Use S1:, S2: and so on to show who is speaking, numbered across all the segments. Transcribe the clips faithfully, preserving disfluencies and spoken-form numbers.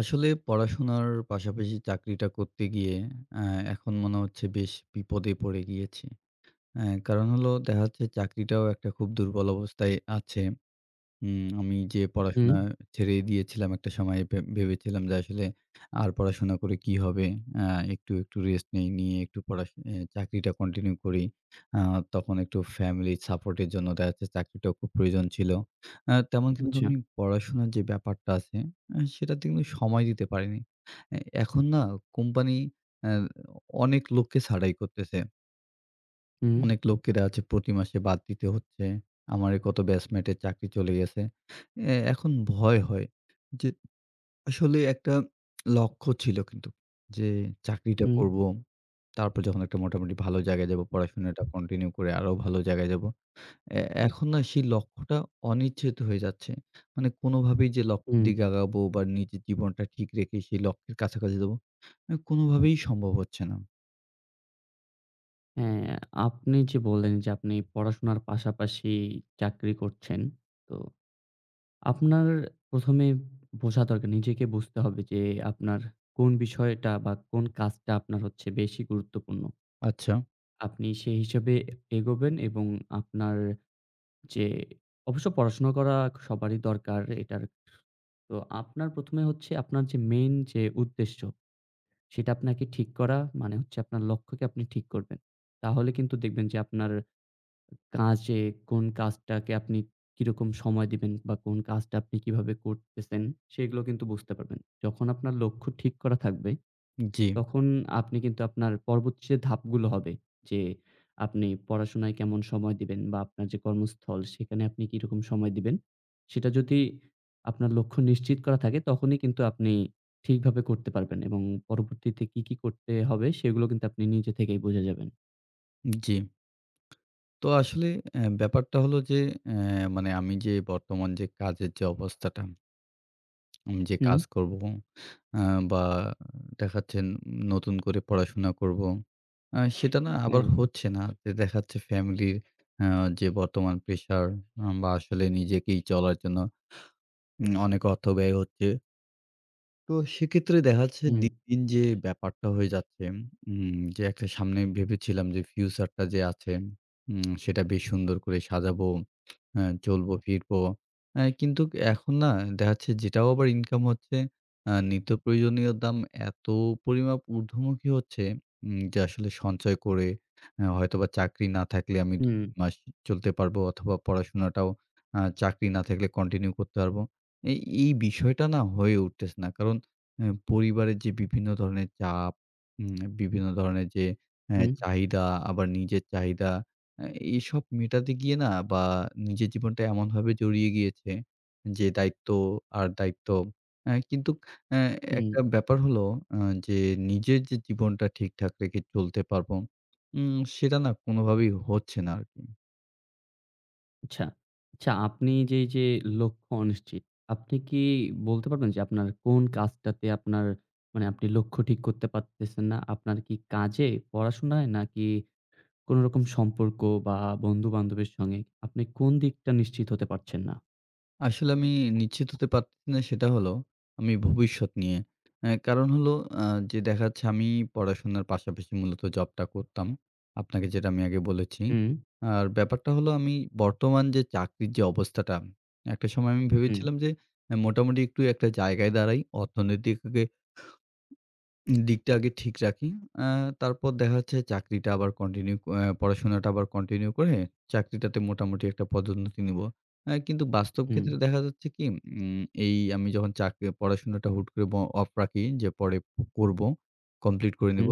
S1: আসলে পড়াশোনার পাশাপাশি চাকরিটা করতে গিয়ে অ্যা এখন মনে হচ্ছে বেশ বিপদে পড়ে গিয়েছি। অ্যা কারণ হলো দেখা যাচ্ছে চাকরিটাও একটা খুব দুর্বল অবস্থায় আছে। হুম, আমি যে
S2: হুম,
S1: পড়াশোনা ছেড়েই দিয়েছিলাম একটা সময়ে ভে ভেবেছিলাম যে আসলে আর পড়াশোনা করে কি হবে? আ একটু, একটু রেস্ট নেই, নিয়ে একটু পড়াশ এ চাকরিটা কন্টিনিউ করি। আ তখন একটু ফ্যামিলি সাপোর্টের জন্য দেখা যাচ্ছে চাকরিটাও খুব প্রয়োজন ছিল। আ তেমন কিন্তু
S2: আচ্ছা।
S1: আমি পড়াশোনার যে ব্যাপারটা আছে আ সেটাতে কিন্তু সময় দিতে পারিনি। এ এখন না কোম্পানি অ্যা অনেক লোককে ছাঁটাই করতেছে।
S2: হুম,
S1: অনেক লোকেরা আছে প্রতি মাসে বাদ দিতে হচ্ছে। আমার এই কত ব্যাচমেটের চাকরি চলে গেছে। এ এখন ভয় হয় যে আসলে একটা লক্ষ্য ছিল কিন্তু যে চাকরিটা
S2: হুম,
S1: করব। তারপর যখন একটা মোটামুটি ভালো জায়গায় যাব, পড়াশোনাটা কন্টিনিউ করে আরো ভালো জায়গায় যাব। এ এখন না সেই লক্ষ্যটা অনিশ্চিত হয়ে যাচ্ছে। মানে কোনোভাবেই যে লক্ষ্যের
S2: হুম।
S1: দিকে আগাবো বা নিজের জীবনটা ঠিক রেখে সেই লক্ষ্যের কাছাকাছি যাব, এ কোনোভাবেই সম্ভব হচ্ছে না।
S2: হ্যাঁ, আপনি যে বললেন যে আপনি পড়াশোনার পাশাপাশি চাকরি করছেন। তো আপনার প্রথম এ বোঝা দরকার নিজেকে বুঝতে হবে যে আপনার কোন বিষয়টা বা কোন কাজটা আপনার হচ্ছে বেশি গুরুত্বপূর্ণ।
S1: আচ্ছা,
S2: আপনি সেই হিসেবে এগোবেন এবং আপনার যে অবশ্য পড়াশোনা করা সবারই দরকার এটার। তো আপনার ১ম এ হচ্ছে আপনার যে মেইন যে উদ্দেশ্য সেটা আপনাকে ঠিক করা মানে হচ্ছে আপনার লক্ষ্যকে আপনি ঠিক করবেন। তাহলে কিন্তু দেখবেন যে আপনার কাজে কোন কাজটাকে আপনি কিরকম সময় দিবেন বা কোন কাজটা আপনি কিভাবে করতেছেন সেগুলো কিন্তু বুঝতে পারবেন। যখন আপনার লক্ষ্য ঠিক করা থাকবে
S1: জি,
S2: তখন আপনি কিন্তু আপনার পরবর্তী যে ধাপগুলো হবে যে আপনি পড়াশোনায় কেমন সময় দিবেন বা আপনার যে কর্মস্থল সেখানে আপনি কিরকম সময় দিবেন সেটা যদি আপনার লক্ষ্য নিশ্চিত করা থাকে তখনই কিন্তু আপনি ঠিকভাবে করতে পারবেন এবং পরবর্তীতে কি, কি করতে হবে সেগুলো কিন্তু আপনি নিজে থেকেই বুঝে যাবেন।
S1: জি। তো আসলে অ্যা ব্যাপারটা হলো যে অ্যা মানে আমি যে বর্তমান যে কাজের যে অবস্থাটা, আমি যে
S2: হুম,
S1: কাজ করব আ বা দেখাচ্ছেন নতুন করে পড়াশোনা করব। আ সেটা না আবার
S2: হ্যাঁ,
S1: হচ্ছে না। যে দেখাচ্ছে ফ্যামিলির আ যে বর্তমান প্রেশার আ বা আসলে নিজেকেই চলার জন্য উম অনেক অর্থ ব্যয় হচ্ছে। তো সেক্ষেত্রে দেখা যাচ্ছে
S2: হুম,
S1: দিন, দিন যে ব্যাপারটা হয়ে যাচ্ছে উম যে একটা সামনে ভেবেছিলাম যে ফিউচারটা যে আছে উম সেটা বেশ সুন্দর করে সাজাবো, আ চলবো, ফিরবো। আ কিন্তু এখন না দেখা যাচ্ছে যেটাও আবার ইনকাম হচ্ছে, আ নিত্য প্রয়োজনীয় দাম এত পরিমাপ ঊর্ধ্বমুখী হচ্ছে উম যে আসলে সঞ্চয় করে আ হয়তোবা চাকরি না থাকলে আমি দুই
S2: হুম,
S1: মাস চলতে পারবো অথবা পড়াশোনাটাও আ চাকরি না থাকলে কন্টিনিউ করতে পারবো। এই, এই বিষয়টা না হয়ে উঠতেছে না। কারণ অ্যা পরিবারের যে বিভিন্ন ধরনের চাপ, উম বিভিন্ন ধরনের যে অ্যা
S2: হুম,
S1: চাহিদা, আবার নিজের চাহিদা, অ্যা এইসব মেটাতে গিয়ে না বা নিজের জীবনটা এমনভাবে জড়িয়ে গিয়েছে যে দায়িত্ব আর দায়িত্ব। অ্যা কিন্তু অ্যা
S2: হুম।
S1: একটা ব্যাপার হলো অ্যা যে নিজের যে জীবনটা ঠিকঠাক রেখে চলতে পারবো, উম সেটা না কোনোভাবেই হচ্ছে না আরকি।
S2: আচ্ছা, আচ্ছা আপনি যে, এই যে লক্ষ্য অনিশ্চিত, আপনি কি বলতে পারবেন যে আপনার কোন কাজটাতে আপনার মানে আপনি লক্ষ্য ঠিক করতে পারতেছেন না? আপনার কি কাজে, পড়াশোনায় নাকি কোনো রকম সম্পর্ক বা বন্ধু-বান্ধবের সঙ্গে? আপনি কোন দিকটা নিশ্চিত হতে পারছেন না?
S1: আসলে আমি নিশ্চিত হতে পারতেছি না সেটা হলো আমি ভবিষ্যৎ নিয়ে। অ্যা কারণ হলো আ যে দেখা যাচ্ছে আমি পড়াশোনার পাশাপাশি মূলত জবটা করতাম। আপনাকে যেটা আমি আগে বলেছি।
S2: হুম,
S1: আর ব্যাপারটা হলো আমি বর্তমান যে চাকরির যে অবস্থাটা, একটা সময় আমি
S2: হুম,
S1: ভেবেছিলাম যে অ্যা মোটামুটি একটু একটা জায়গায় দাঁড়াই, অর্থনৈতিক দিকটা আগে ঠিক রাখি। আ তারপর দেখা যাচ্ছে চাকরিটা আবার কন্টিনিউ অ্যা পড়াশোনাটা আবার কন্টিনিউ করে চাকরিটাতে মোটামুটি একটা পদোন্নতি নিব। অ্যা কিন্তু বাস্তব
S2: হুম,
S1: ক্ষেত্রে দেখা যাচ্ছে কি উম এই আমি যখন চাকরি পড়াশোনাটা হুট করে ব অফ রাখি যে পরে করব, কমপ্লিট করে
S2: হুম।
S1: নিব।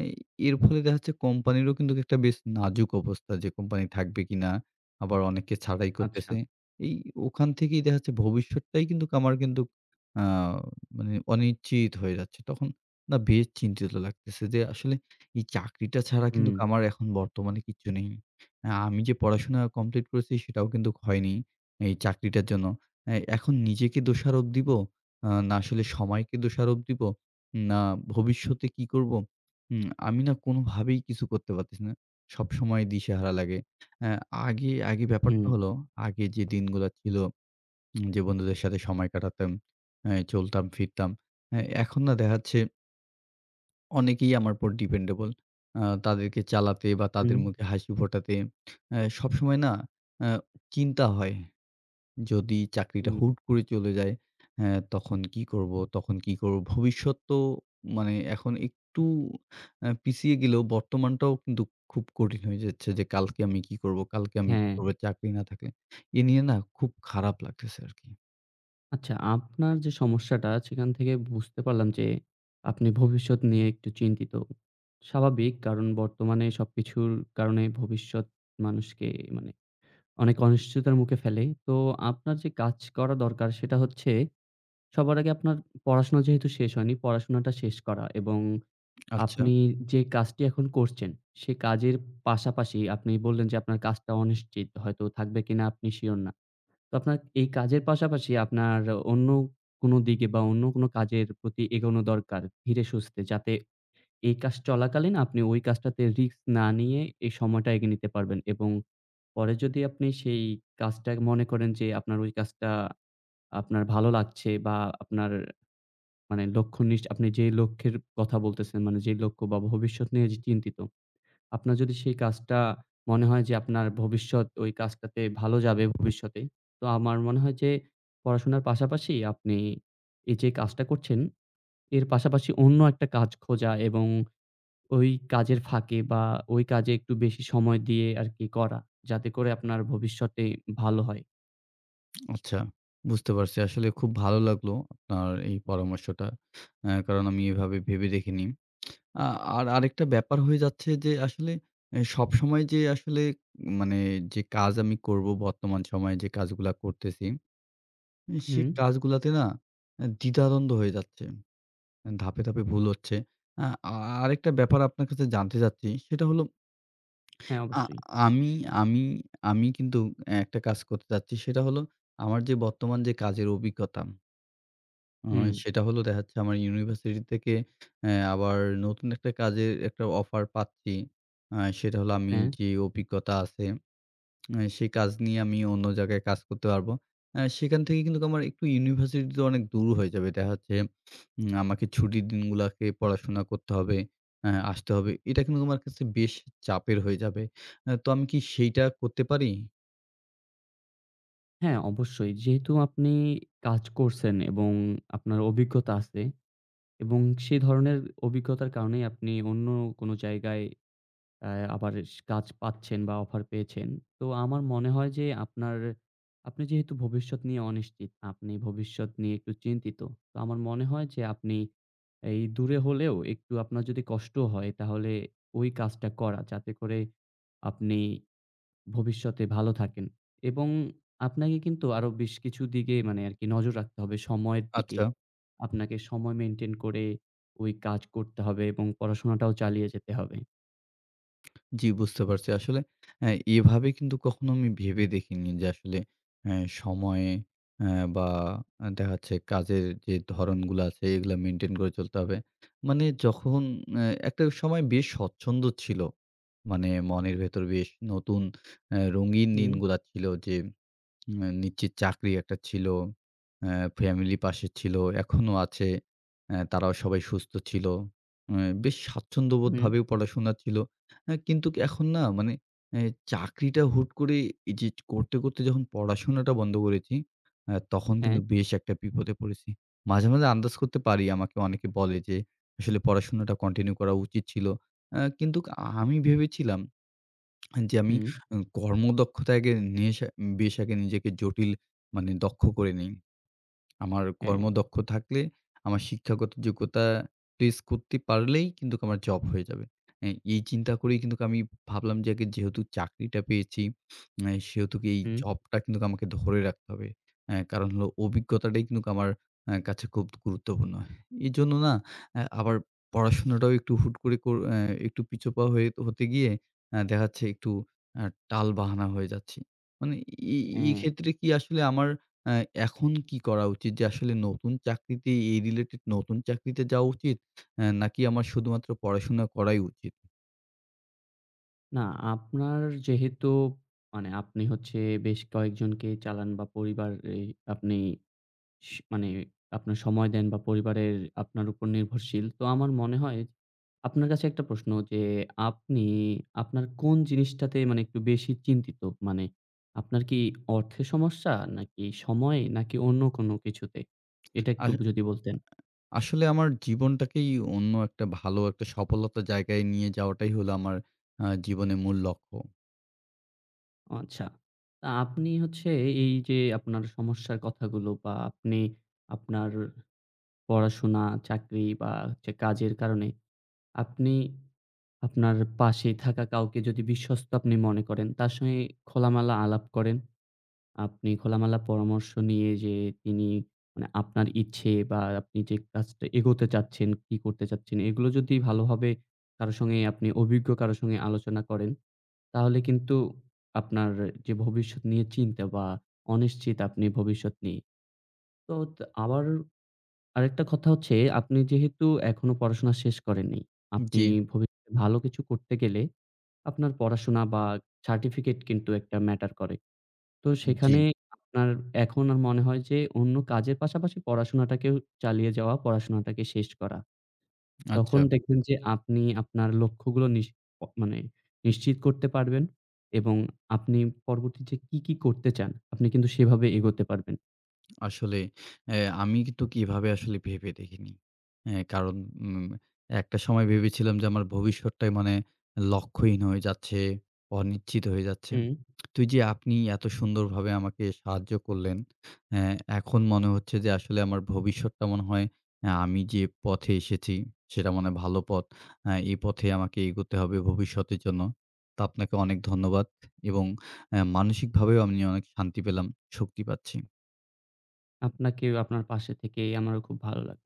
S1: এ এর ফলে দেখা যাচ্ছে কোম্পানিরও কিন্তু একটা বেশ নাজুক অবস্থা যে কোম্পানি থাকবে কিনা? আবার অনেককে ছাঁটাই
S2: আচ্ছা।
S1: করতেছে। এই ওখান থেকেই দেখা যাচ্ছে ভবিষ্যৎটাই কিন্তু আমার কিন্তু আ মানে অনিশ্চিত হয়ে যাচ্ছে। তখন না বেশ চিন্তিত লাগতেছে যে আসলে এই চাকরিটা ছাড়া
S2: হুম,
S1: কিন্তু আমার এখন বর্তমানে কিচ্ছু নেই। আ আমি যে পড়াশোনা কমপ্লিট করেছি সেটাও কিন্তু হয়নি এই চাকরিটার জন্য। এ এখন নিজেকে দোষারোপ দিব, আ না আসলে সময়কে দোষারোপ দিব, না ভবিষ্যতে কি করব? উম আমি না কোনোভাবেই কিছু করতে পারতেছি না। সবসময় দিশেহারা লাগে। অ্যা আগে, আগে
S2: হুম,
S1: ব্যাপারটা হলো আগে যে দিনগুলা ছিল উম যে বন্ধুদের সাথে সময় কাটাতাম, অ্যা চলতাম ফিরতাম। অ্যা এখন না দেখা যাচ্ছে অনেকেই আমার উপর ডিপেন্ডেবল। আ তাদেরকে চালাতে বা তাদের
S2: হুম,
S1: মুখে হাসি ফোটাতে আ সবসময় না আ চিন্তা হয়, যদি চাকরিটা
S2: হুম।
S1: হুট করে চলে যায়, হ্যাঁ, তখন কি করব? তখন কি করব? ভবিষ্যৎ তো মানে এখন একটু আ পিছিয়ে গেলেও বর্তমানটাও কিন্তু খুব কঠিন হয়ে যাচ্ছে যে কালকে আমি কি করব? কালকে আমি কি
S2: হ্যাঁ।
S1: করব? চাকরি না থাকলে। এ নিয়ে না খুব খারাপ লাগতেছে আরকি।
S2: আচ্ছা, আপনার যে সমস্যাটা সেখান থেকে বুঝতে পারলাম যে আপনি ভবিষ্যৎ নিয়ে একটু চিন্তিত। স্বাভাবিক কারণ বর্তমানে সবকিছুর কারণে ভবিষ্যৎ মানুষকে মানে অনেক অনিশ্চয়তার মুখে ফেলে। তো আপনার যে কাজ করা দরকার সেটা হচ্ছে সবার আগে আপনার পড়াশোনা যেহেতু শেষ হয়নি, পড়াশোনাটা শেষ করা এবং
S1: আচ্ছা
S2: আপনি যে কাজটি এখন করছেন সে কাজের পাশাপাশি আপনি বললেন যে আপনার কাজটা অনিশ্চিত। হয়তো থাকবে কিনা আপনি সিওর না। তো আপনার এই কাজের পাশাপাশি আপনার অন্য কোনো দিকে বা অন্য কোনো কাজের প্রতি এগোনো দরকার ধীরে সুস্থে। যাতে এই কাজ চলাকালীন আপনি ওই কাজটাতে রিস্ক না নিয়ে এই সময়টা এগিয়ে নিতে পারবেন এবং পরে যদি আপনি সেই কাজটা মনে করেন যে আপনার ওই কাজটা আপনার ভালো লাগছে বা আপনার মানে লক্ষ্যনিষ্ঠ আপনি যে লক্ষ্যের কথা বলতেছেন, মানে যে লক্ষ্য বা ভবিষ্যৎ নিয়ে যে চিন্তিত আপনার যদি সেই কাজটা মনে হয় যে আপনার ভবিষ্যৎ ওই কাজটাতে ভালো যাবে ভবিষ্যতে, তো আমার মনে হয় যে পড়াশোনার পাশাপাশি আপনি এই যে কাজটা করছেন, এর পাশাপাশি অন্য একটা কাজ খোঁজা এবং ওই কাজের ফাঁকে বা ওই কাজে একটু বেশি সময় দিয়ে আরকি করা। যাতে করে আপনার ভবিষ্যতে ভালো হয়।
S1: আচ্ছা, বুঝতে পারছি। আসলে খুব ভালো লাগলো আপনার এই পরামর্শটা। অ্যা কারণ আমি এভাবে ভেবে দেখিনি। আ আর আরেকটা ব্যাপার হয়ে যাচ্ছে যে আসলে অ্যা সবসময় যে আসলে মানে যে কাজ আমি করব বর্তমান সময়ে যে কাজগুলা করতেছি, এ সে
S2: হুম,
S1: কাজগুলাতে না অ্যা দ্বিধাদ্বন্দ্ব হয়ে যাচ্ছে। আহ, ধাপে, ধাপে ভুল হচ্ছে। আ আ আরেকটা ব্যাপার আপনার কাছে জানতে চাচ্ছি। সেটা হলো
S2: হ্যাঁ,
S1: আ
S2: অবশ্যই।
S1: আমি আমি আমি কিন্তু একটা কাজ করতে চাচ্ছি। সেটা হলো আমার যে বর্তমান যে কাজের অভিজ্ঞতা আ
S2: হুম,
S1: সেটা হলো দেখা যাচ্ছে আমার ইউনিভার্সিটি থেকে অ্যা আবার নতুন একটা কাজের একটা অফার পাচ্ছি। আ সেটা হলো আমি
S2: হ্যাঁ,
S1: যে অভিজ্ঞতা আছে আ সেই কাজ নিয়ে আমি অন্য জায়গায় কাজ করতে পারবো। আ সেখান থেকে কিন্তু আমার একটু ইউনিভার্সিটিতে অনেক দূর হয়ে যাবে। দেখা যাচ্ছে উম আমাকে ছুটির দিনগুলাকে পড়াশোনা করতে হবে, অ্যা আসতে হবে। এটা কিন্তু আমার কাছে বেশ চাপের হয়ে যাবে। অ্যা তো আমি কি সেইটা করতে পারি?
S2: হ্যাঁ, অবশ্যই। যেহেতু আপনি কাজ করছেন এবং আপনার অভিজ্ঞতা আছে এবং সেই ধরনের অভিজ্ঞতার কারণেই আপনি অন্য কোনো জায়গায় আ আবার স কাজ পাচ্ছেন বা অফার পেয়েছেন। তো আমার মনে হয় যে আপনার আপনি যেহেতু ভবিষ্যৎ নিয়ে অনিশ্চিত, আপনি ভবিষ্যৎ নিয়ে একটু চিন্তিত। তো আমার মনে হয় যে আপনি এই দূরে হলেও একটু আপনার যদি কষ্টও হয় তাহলে ওই কাজটা করা যাতে করে আপনি ভবিষ্যতে ভালো থাকেন। এবং আপনাকে কিন্তু আরো বেশ কিছু দিকে মানে আরকি নজর রাখতে হবে সময়ের দিকে।
S1: আচ্ছা।
S2: আপনাকে সময় মেইনটেইন করে ওই কাজ করতে হবে এবং পড়াশোনাটাও চালিয়ে যেতে হবে।
S1: জি, বুঝতে পারছি। আসলে হ্যাঁ, এভাবে কিন্তু কখনো আমি ভেবে দেখিনি যে আসলে অ্যা সময়ে অ্যা বা আ দেখা যাচ্ছে কাজের যে ধরনগুলো আছে এগুলা মেইনটেইন করে চলতে হবে। মানে যখন অ্যা একটা সময় বেশ স্বচ্ছন্দ ছিল। মানে মনের ভেতর বেশ নতুন অ্যা রঙিন
S2: হুম,
S1: দিনগুলা ছিল যে আ নিশ্চিত চাকরি একটা ছিল। আ ফ্যামিলি পাশে ছিল। এখনো আছে। আ তারাও সবাই সুস্থ ছিল। আ বেশ
S2: হুম,
S1: স্বাচ্ছন্দ্যবোধভাবেও পড়াশোনা ছিল। আ কিন্তু কি এখন না মানে এ চাকরিটা হুট করে এই যে করতে, করতে যখন পড়াশোনাটা বন্ধ করেছি, আ তখন
S2: হ্যাঁ,
S1: কিন্তু বেশ একটা বিপদে পড়েছি। মাঝে, মাঝে আন্দাজ করতে পারি। আমাকে অনেকে বলে যে আসলে পড়াশোনাটা কন্টিনিউ করা উচিত ছিল। আ কিন্তু আমি ভেবেছিলাম যে আমি
S2: হুম,
S1: আ কর্মদক্ষতাকে নিয়ে এসে বেশ আগে নিজেকে জটিল মানে দক্ষ করে নেই। আমার
S2: হ্যাঁ,
S1: কর্মদক্ষ থাকলে, আমার শিক্ষাগত যোগ্যতা প্লেস করতে পারলেই কিন্তু আমার জব হয়ে যাবে। এ এই চিন্তা করেই কিন্তু আমি ভাবলাম যে আগে যেহেতু চাকরিটা পেয়েছি, এ সেহেতু কি এই
S2: হুম,
S1: জবটা কিন্তু আমাকে ধরে রাখতে হবে। এ কারণ হলো অভিজ্ঞতাটাই কিন্তু আমার আ কাছে খুব গুরুত্বপূর্ণ। এজন্য না আ আবার পড়াশোনাটাও একটু হুট করে কর আ একটু পিছপা হয়ে হতে গিয়ে আ দেখা যাচ্ছে একটু আ টালবাহানা হয়ে যাচ্ছি। মানে এ
S2: হ্যাঁ।
S1: এক্ষেত্রে কি আসলে আমার আ এখন কি করা উচিত যে আসলে নতুন চাকরিতে এই রিলেটেড নতুন চাকরিতে যাওয়া উচিত? অ্যা নাকি আমার শুধুমাত্র পড়াশোনা করাই উচিত?
S2: না আপনার যেহেতু মানে আপনি হচ্ছে বেশ কয়েকজনকে চালান বা পরিবারে আপনি স মানে আপনার সময় দেন বা পরিবারের আপনার উপর নির্ভরশীল। তো আমার মনে হয় আপনার কাছে একটা প্রশ্ন যে, আপনি আপনার কোন জিনিসটাতে মানে একটু বেশি চিন্তিত? মানে আপনার কি অর্থের সমস্যা? নাকি সময়? নাকি অন্য কোনো কিছুতে? এটা একটু
S1: আস
S2: যদি বলতেন।
S1: আসলে আমার জীবনটাকেই অন্য একটা ভালো একটা সফলতার জায়গায় নিয়ে যাওয়াটাই হলো আমার আ জীবনের মূল লক্ষ্য।
S2: আচ্ছা। তা আপনি হচ্ছে এই যে আপনার সমস্যার কথাগুলো বা আপনি আপনার পড়াশোনা, চাকরি বা হচ্ছে কাজের কারণে আপনি আপনার পাশে থাকা কাউকে যদি বিশ্বস্ত আপনি মনে করেন, তার সঙ্গে খোলামেলা আলাপ করেন। আপনি খোলামেলা পরামর্শ নিয়ে যে তিনি মানে আপনার ইচ্ছে বা আপনি যে কাজটা এগোতে চাচ্ছেন, কি করতে চাচ্ছেন, এগুলো যদি ভালোভাবে কারো সঙ্গে আপনি অভিজ্ঞ কারো সঙ্গে আলোচনা করেন, তাহলে কিন্তু আপনার যে ভবিষ্যৎ নিয়ে চিন্তা বা অনিশ্চিত আপনি ভবিষ্যৎ নিয়ে। তো ত আবার আরেকটা কথা হচ্ছে আপনি যেহেতু এখনো পড়াশোনা শেষ করেননি, আপনি
S1: জি,
S2: ভবিষ্যতে ভালো কিছু করতে গেলে আপনার পড়াশোনা বা সার্টিফিকেট কিন্তু একটা ম্যাটার করে। তো
S1: জি,
S2: সেখানে আপনার এখন আর মনে হয় যে অন্য কাজের পাশাপাশি পড়াশোনাটাকেও চালিয়ে যাওয়া, পড়াশোনাটাকে শেষ করা। তখন
S1: আচ্ছা।
S2: দেখবেন যে আপনি আপনার লক্ষ্যগুলো নিশ অ মানে নিশ্চিত করতে পারবেন এবং আপনি পরবর্তীতে কি, কি করতে চান আপনি কিন্তু সেভাবে এগোতে পারবেন।
S1: আসলে অ্যা আমি কিন্তু কিভাবে আসলে ভেবে দেখিনি। হ্যাঁ, কারণ উম একটা সময় ভেবেছিলাম যে আমার ভবিষ্যৎটাই মানে লক্ষ্যহীন হয়ে যাচ্ছে, অনিশ্চিত হয়ে যাচ্ছে।
S2: হুম।
S1: তো এই যে আপনি এত সুন্দরভাবে আমাকে সাহায্য করলেন, অ্যা এখন মনে হচ্ছে যে আসলে আমার ভবিষ্যৎটা মনে হয় অ্যা আমি যে পথে এসেছি সেটা মনে হয় ভালো পথ। অ্যা এই পথে আমাকে এগোতে হবে ভবিষ্যতের জন্য। তো আপনাকে অনেক ধন্যবাদ এবং অ্যা মানসিকভাবেও আমি অনেক শান্তি পেলাম, শক্তি পাচ্ছি।
S2: আপনাকেও আপনার পাশে থেকে আমারও খুব ভালো লাগ